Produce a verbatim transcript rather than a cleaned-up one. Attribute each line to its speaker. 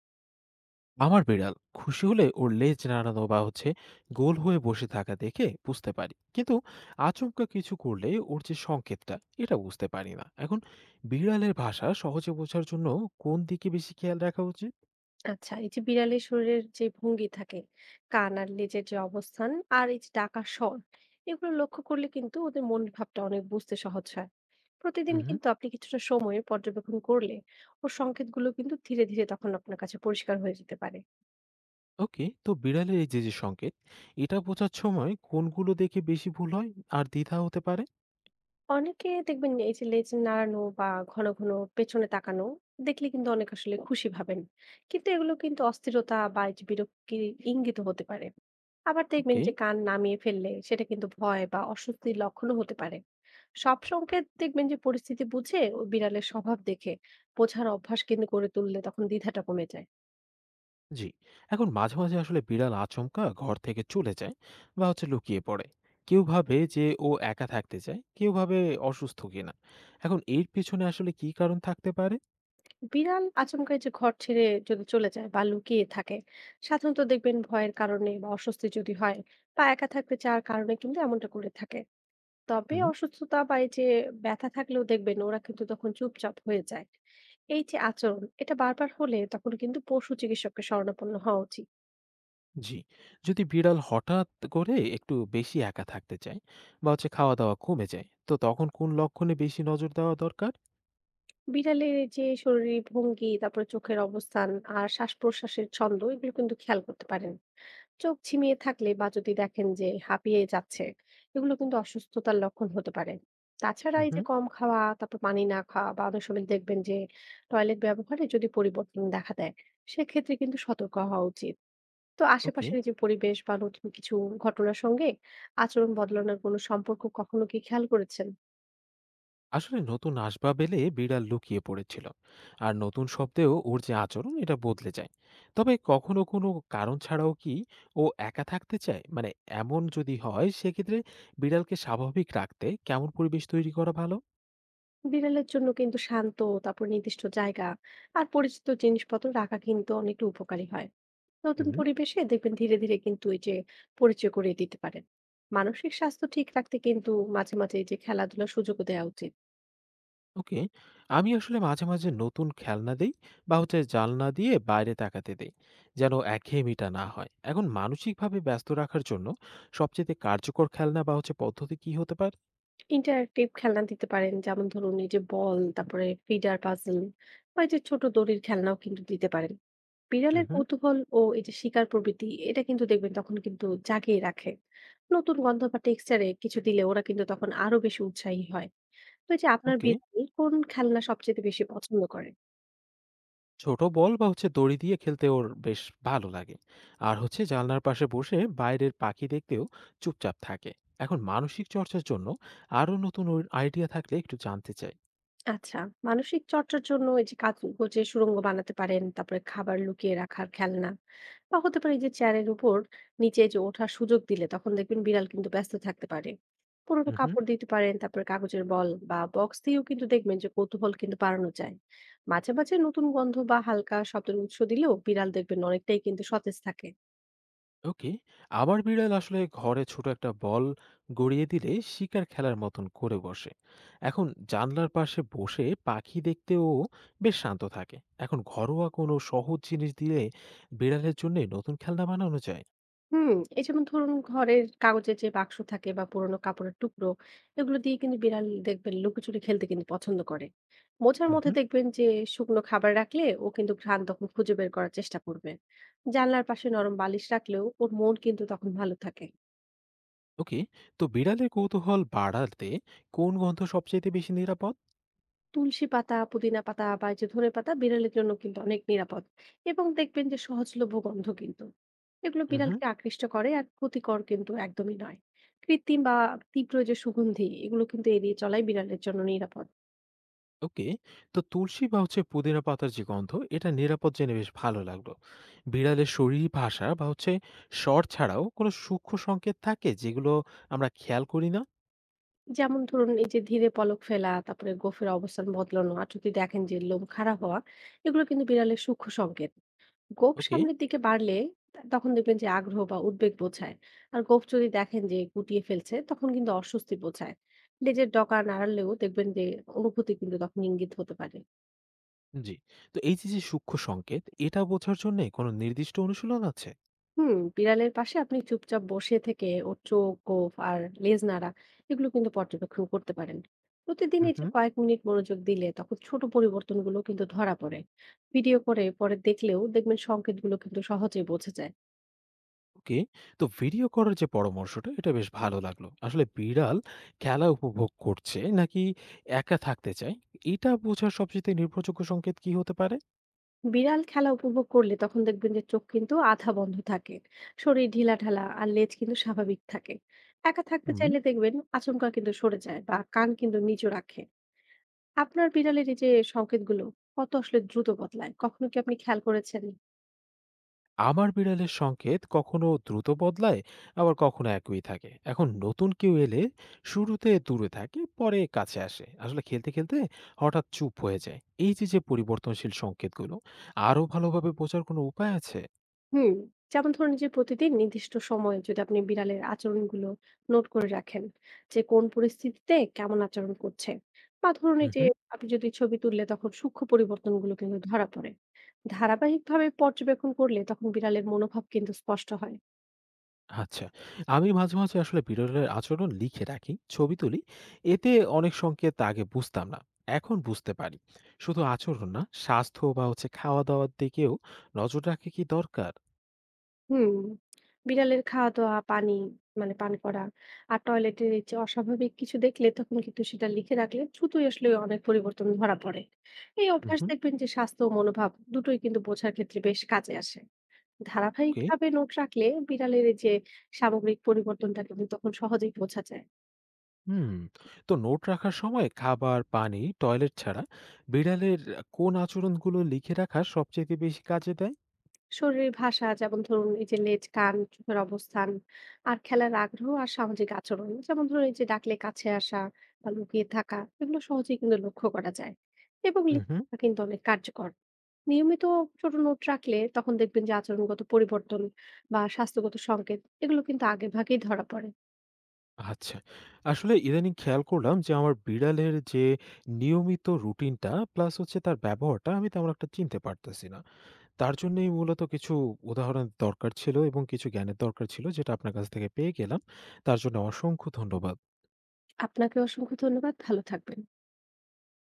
Speaker 1: আমার বিড়াল খুশি হলে ওর লেজ নাড়ানো বা হচ্ছে গোল হয়ে বসে থাকা দেখে বুঝতে পারি, কিন্তু আচমকা কিছু করলে ওর যে সংকেতটা এটা বুঝতে পারি না। এখন বিড়ালের ভাষা সহজে বোঝার জন্য কোন দিকে বেশি খেয়াল রাখা উচিত?
Speaker 2: আচ্ছা, এই যে বিড়ালের শরীরের যে ভঙ্গি থাকে, কান আর লেজের যে অবস্থান, আর এই যে ডাকার স্বর, এগুলো লক্ষ্য করলে কিন্তু ওদের মন ভাবটা অনেক বুঝতে সহজ হয়। প্রতিদিন
Speaker 1: হুম।
Speaker 2: কিন্তু আপনি কিছুটা সময় পর্যবেক্ষণ করলে ওর সংকেতগুলো কিন্তু ধীরে ধীরে তখন আপনার কাছে পরিষ্কার হয়ে যেতে পারে।
Speaker 1: ওকে, তো বিড়ালের এই যে যে সংকেত এটা বোঝার সময় কোনগুলো দেখে বেশি ভুল হয় আর দ্বিধা হতে পারে?
Speaker 2: অনেকে দেখবেন এই যে লেজ নাড়ানো বা ঘন ঘন পেছনে তাকানো দেখলে কিন্তু অনেক আসলে খুশি ভাবেন, কিন্তু এগুলো কিন্তু অস্থিরতা বা এই যে বিরক্তির ইঙ্গিত হতে পারে। আবার দেখবেন
Speaker 1: ওকে।
Speaker 2: যে কান নামিয়ে ফেললে সেটা কিন্তু ভয় বা অস্বস্তির লক্ষণও হতে পারে। সব সংকেত দেখবেন যে পরিস্থিতি বুঝে ও বিড়ালের স্বভাব দেখে বোঝার অভ্যাস কিন্তু গড়ে তুললে তখন দ্বিধাটা কমে যায়।
Speaker 1: জি। এখন মাঝে মাঝে আসলে বিড়াল আচমকা ঘর থেকে চলে যায় বা হচ্ছে লুকিয়ে পড়ে। কেউ ভাবে যে ও একা থাকতে চায়, কেউ ভাবে অসুস্থ কিনা। এখন এর পিছনে আসলে কি কারণ থাকতে পারে?
Speaker 2: বিড়াল আচমকাই যে ঘর ছেড়ে যদি চলে যায় বা লুকিয়ে থাকে, সাধারণত দেখবেন ভয়ের কারণে বা অস্বস্তি যদি হয় বা একা থাকতে চাওয়ার কারণে কিন্তু এমনটা করে থাকে। তবে
Speaker 1: হুম।
Speaker 2: অসুস্থতা বা এই যে ব্যথা থাকলেও দেখবেন ওরা কিন্তু তখন চুপচাপ হয়ে যায়। এই যে আচরণ এটা বারবার হলে তখন কিন্তু পশু চিকিৎসককে শরণাপন্ন হওয়া উচিত।
Speaker 1: জি। যদি বিড়াল হঠাৎ করে একটু বেশি একা থাকতে চায় বা হচ্ছে খাওয়া দাওয়া কমে যায়, তো তখন কোন লক্ষণে বেশি নজর দেওয়া দরকার?
Speaker 2: বিড়ালের এই যে শরীর ভঙ্গি, তারপরে চোখের অবস্থান আর শ্বাস প্রশ্বাসের ছন্দ, এগুলো কিন্তু খেয়াল করতে পারেন। চোখ ঝিমিয়ে থাকলে বা যদি দেখেন যে হাঁপিয়ে যাচ্ছে, এগুলো কিন্তু অসুস্থতার লক্ষণ হতে পারে। তাছাড়া এই যে
Speaker 1: হুম।
Speaker 2: কম খাওয়া, তারপর পানি না খাওয়া, বা অনেক সময় দেখবেন যে টয়লেট ব্যবহারে যদি পরিবর্তন দেখা দেয়, সেক্ষেত্রে কিন্তু সতর্ক হওয়া উচিত। তো
Speaker 1: ওকে।
Speaker 2: আশেপাশের এই যে পরিবেশ বা নতুন কিছু ঘটনার সঙ্গে আচরণ বদলানোর কোনো সম্পর্ক কখনো কি খেয়াল করেছেন?
Speaker 1: আসলে নতুন আসবাব এলে বিড়াল লুকিয়ে পড়েছিল, আর নতুন শব্দেও ওর যে আচরণ এটা বদলে যায়। তবে কখনো কোনো কারণ ছাড়াও কি ও একা থাকতে চায়? মানে এমন যদি হয় সেক্ষেত্রে বিড়ালকে স্বাভাবিক রাখতে কেমন পরিবেশ তৈরি করা ভালো?
Speaker 2: বিড়ালের জন্য কিন্তু শান্ত, তারপর নির্দিষ্ট জায়গা আর পরিচিত জিনিসপত্র রাখা কিন্তু অনেকটা উপকারী হয়। নতুন
Speaker 1: হুম।
Speaker 2: পরিবেশে দেখবেন ধীরে ধীরে কিন্তু এই যে পরিচয় করিয়ে দিতে পারেন। মানসিক স্বাস্থ্য ঠিক রাখতে কিন্তু মাঝে মাঝে এই যে খেলাধুলার সুযোগও দেওয়া উচিত।
Speaker 1: ওকে। আমি আসলে মাঝে মাঝে নতুন খেলনা দিই বা হচ্ছে জানলা দিয়ে বাইরে তাকাতে দেই, যেন একঘেয়েমিটা না হয়। এখন মানসিকভাবে ব্যস্ত রাখার জন্য সবচেয়ে কার্যকর খেলনা বা হচ্ছে পদ্ধতি কি হতে পারে?
Speaker 2: ইন্টারেক্টিভ খেলনা দিতে পারেন, যেমন ধরুন এই যে বল, তারপরে ফিডার পাজল বা এই যে ছোট দড়ির খেলনাও কিন্তু দিতে পারেন। বিড়ালের
Speaker 1: হুম।
Speaker 2: কৌতূহল ও এই যে শিকার প্রবৃত্তি এটা কিন্তু দেখবেন তখন কিন্তু জাগিয়ে রাখে। নতুন গন্ধ বা টেক্সচারে কিছু দিলে ওরা কিন্তু তখন আরো বেশি উৎসাহী হয়। তো এই যে আপনার
Speaker 1: ওকে।
Speaker 2: বিড়াল কোন খেলনা সবচেয়ে বেশি পছন্দ করে?
Speaker 1: ছোট বল বা হচ্ছে দড়ি দিয়ে খেলতে ওর বেশ ভালো লাগে। আর হচ্ছে জানলার পাশে বসে বাইরের পাখি দেখতেও চুপচাপ থাকে। এখন মানসিক চর্চার জন্য আরো নতুন আইডিয়া থাকলে একটু জানতে চাই।
Speaker 2: আচ্ছা, মানসিক চর্চার জন্য এই যে কাচ গোছের সুড়ঙ্গ বানাতে পারেন, তারপরে খাবার লুকিয়ে রাখার খেলনা বা হতে পারে এই যে চেয়ারের উপর নিচে যে ওঠার সুযোগ দিলে তখন দেখবেন বিড়াল কিন্তু ব্যস্ত থাকতে পারে। পুরোনো
Speaker 1: হুম।
Speaker 2: কাপড় দিতে পারেন, তারপরে কাগজের বল বা বক্স দিয়েও কিন্তু দেখবেন যে কৌতূহল কিন্তু বাড়ানো যায়। মাঝে, মাঝে নতুন গন্ধ বা হালকা শব্দের উৎস দিলেও বিড়াল দেখবেন অনেকটাই কিন্তু সতেজ থাকে।
Speaker 1: ওকে। আবার বিড়াল আসলে ঘরে ছোট একটা বল গড়িয়ে দিলে শিকার খেলার মতন করে বসে। এখন জানলার পাশে বসে পাখি দেখতেও বেশ শান্ত থাকে। এখন ঘরোয়া কোনো সহজ জিনিস দিলে বিড়ালের জন্য নতুন খেলনা বানানো যায়?
Speaker 2: হুম, এই যেমন ধরুন ঘরের কাগজের যে বাক্স থাকে বা পুরোনো কাপড়ের টুকরো, এগুলো দিয়ে কিন্তু বিড়াল দেখবেন লুকোচুরি খেলতে কিন্তু পছন্দ করে। মোছার মধ্যে
Speaker 1: হুম।
Speaker 2: দেখবেন যে শুকনো খাবার রাখলে ও কিন্তু ঘ্রাণ তখন খুঁজে বের করার চেষ্টা করবে। জানলার পাশে নরম বালিশ রাখলেও ওর মন কিন্তু তখন ভালো থাকে।
Speaker 1: ওকে, তো বিড়ালের কৌতূহল বাড়াতে কোন গন্ধ সবচাইতে বেশি নিরাপদ?
Speaker 2: তুলসী পাতা, পুদিনা পাতা বা এই যে ধনেপাতা বিড়ালের জন্য কিন্তু অনেক নিরাপদ এবং দেখবেন যে সহজলভ্য গন্ধ কিন্তু, এগুলো
Speaker 1: হুম।
Speaker 2: বিড়ালকে আকৃষ্ট করে আর ক্ষতিকর কিন্তু একদমই নয়। কৃত্রিম বা তীব্র যে সুগন্ধি এগুলো কিন্তু এড়িয়ে চলাই বিড়ালের জন্য নিরাপদ।
Speaker 1: ওকে, তো তুলসী বা হচ্ছে পুদিনা পাতার যে গন্ধ এটা নিরাপদ জেনে বেশ ভালো লাগলো। বিড়ালের শরীর ভাষা বা হচ্ছে স্বর ছাড়াও কোনো সূক্ষ্ম সংকেত থাকে যেগুলো আমরা খেয়াল করি না?
Speaker 2: যেমন ধরুন এই যে ধীরে পলক ফেলা, তারপরে গোফের অবস্থান বদলানো আর যদি দেখেন যে লোম খাড়া হওয়া, এগুলো কিন্তু বিড়ালের সূক্ষ্ম সংকেত। গোঁফ
Speaker 1: ওকে।
Speaker 2: সামনের দিকে বাড়লে তা- তখন দেখবেন যে আগ্রহ বা উদ্বেগ বোঝায়। আর গোঁফ যদি দেখেন যে গুটিয়ে ফেলছে তখন কিন্তু অস্বস্তি বোঝায়। লেজের ডগা নাড়ালেও দেখবেন যে অনুভূতি কিন্তু তখন ইঙ্গিত হতে পারে।
Speaker 1: জি। তো এই যে, যে সূক্ষ্ম সংকেত এটা বোঝার জন্যে কোনো নির্দিষ্ট অনুশীলন আছে?
Speaker 2: হুম, বিড়ালের পাশে আপনি চুপচাপ বসে থেকে ওর চোখ, গোঁফ আর লেজ নাড়া, এগুলো কিন্তু পর্যবেক্ষণ করতে পারেন। প্রতিদিন এই যে
Speaker 1: হুম।
Speaker 2: কয়েক মিনিট মনোযোগ দিলে তখন ছোট পরিবর্তনগুলো কিন্তু ধরা পড়ে। ভিডিও করে পরে দেখলেও দেখবেন সংকেতগুলো কিন্তু সহজেই বোঝা যায়।
Speaker 1: ওকে, তো ভিডিও করার যে পরামর্শটা এটা বেশ ভালো লাগলো। আসলে বিড়াল খেলা উপভোগ করছে নাকি একা থাকতে চায়, এটা বোঝার সবচেয়ে নির্ভরযোগ্য সংকেত কি হতে পারে?
Speaker 2: বিড়াল খেলা উপভোগ করলে তখন দেখবেন যে চোখ কিন্তু আধা বন্ধ থাকে, শরীর ঢিলাঢালা আর লেজ কিন্তু স্বাভাবিক থাকে। একা থাকতে
Speaker 1: হুম।
Speaker 2: চাইলে দেখবেন আচমকা কিন্তু সরে যায় বা কান কিন্তু নিচু রাখে। আপনার বিড়ালের এই যে সংকেতগুলো কত আসলে দ্রুত বদলায় কখনো কি আপনি খেয়াল করেছেন?
Speaker 1: আমার বিড়ালের সংকেত কখনো দ্রুত বদলায়, আবার কখনো একই থাকে। এখন নতুন কেউ এলে শুরুতে দূরে থাকে, পরে কাছে আসে। আসলে খেলতে খেলতে হঠাৎ চুপ হয়ে যায়। এই যে যে পরিবর্তনশীল সংকেতগুলো আরো ভালোভাবে বোঝার কোনো উপায় আছে?
Speaker 2: হুম, যেমন ধরুন যে প্রতিদিন নির্দিষ্ট সময়ে যদি আপনি বিড়ালের আচরণগুলো নোট করে রাখেন যে কোন পরিস্থিতিতে কেমন আচরণ করছে, বা ধরুন এই যে আপনি যদি ছবি তুললে তখন সূক্ষ্ম পরিবর্তনগুলো কিন্তু ধরা পড়ে। ধারাবাহিকভাবে পর্যবেক্ষণ করলে তখন বিড়ালের মনোভাব কিন্তু স্পষ্ট হয়।
Speaker 1: আচ্ছা। আমি মাঝে, মাঝে আসলে বিড়ালের আচরণ লিখে রাখি, ছবি তুলি। এতে অনেক সংকেত আগে বুঝতাম না, এখন বুঝতে পারি। শুধু আচরণ না, স্বাস্থ্য বা হচ্ছে খাওয়া-দাওয়ার দিকেও নজর রাখা কি দরকার?
Speaker 2: হুম, বিড়ালের খাওয়া দাওয়া, পানি মানে পান করা, আর টয়লেটের এই যে অস্বাভাবিক কিছু দেখলে তখন কিন্তু সেটা লিখে রাখলে দ্রুতই আসলে অনেক পরিবর্তন ধরা পড়ে। এই অভ্যাস
Speaker 1: উহু।
Speaker 2: দেখবেন যে স্বাস্থ্য ও মনোভাব দুটোই কিন্তু বোঝার ক্ষেত্রে বেশ কাজে আসে।
Speaker 1: ওকে।
Speaker 2: ধারাবাহিকভাবে নোট রাখলে বিড়ালের এই যে সামগ্রিক পরিবর্তনটা কিন্তু তখন সহজেই বোঝা যায়।
Speaker 1: হুম। তো নোট রাখার সময় খাবার, পানি, টয়লেট ছাড়া বিড়ালের কোন আচরণগুলো লিখে রাখা সবচাইতে বেশি কাজে দেয়?
Speaker 2: শরীরের ভাষা, যেমন ধরুন এই যে লেজ, কান, চোখের অবস্থান আর খেলার আগ্রহ, আর সামাজিক আচরণ, যেমন ধরুন এই যে ডাকলে কাছে আসা বা লুকিয়ে থাকা, এগুলো সহজেই কিন্তু লক্ষ্য করা যায় এবং লিখে
Speaker 1: উহু।
Speaker 2: রাখা কিন্তু অনেক কার্যকর। নিয়মিত ছোট নোট রাখলে তখন দেখবেন যে আচরণগত পরিবর্তন বা স্বাস্থ্যগত সংকেত এগুলো কিন্তু আগে ভাগেই ধরা পড়ে।
Speaker 1: আচ্ছা। আসলে ইদানিং খেয়াল করলাম যে আমার বিড়ালের যে নিয়মিত রুটিনটা প্লাস হচ্ছে তার ব্যবহারটা আমি তেমন একটা চিনতে পারতেছি না। তার জন্যই মূলত কিছু উদাহরণের দরকার ছিল, এবং কিছু জ্ঞানের দরকার ছিল যেটা আপনার কাছ থেকে পেয়ে গেলাম। তার জন্য অসংখ্য ধন্যবাদ।
Speaker 2: আপনাকে অসংখ্য ধন্যবাদ, ভালো থাকবেন।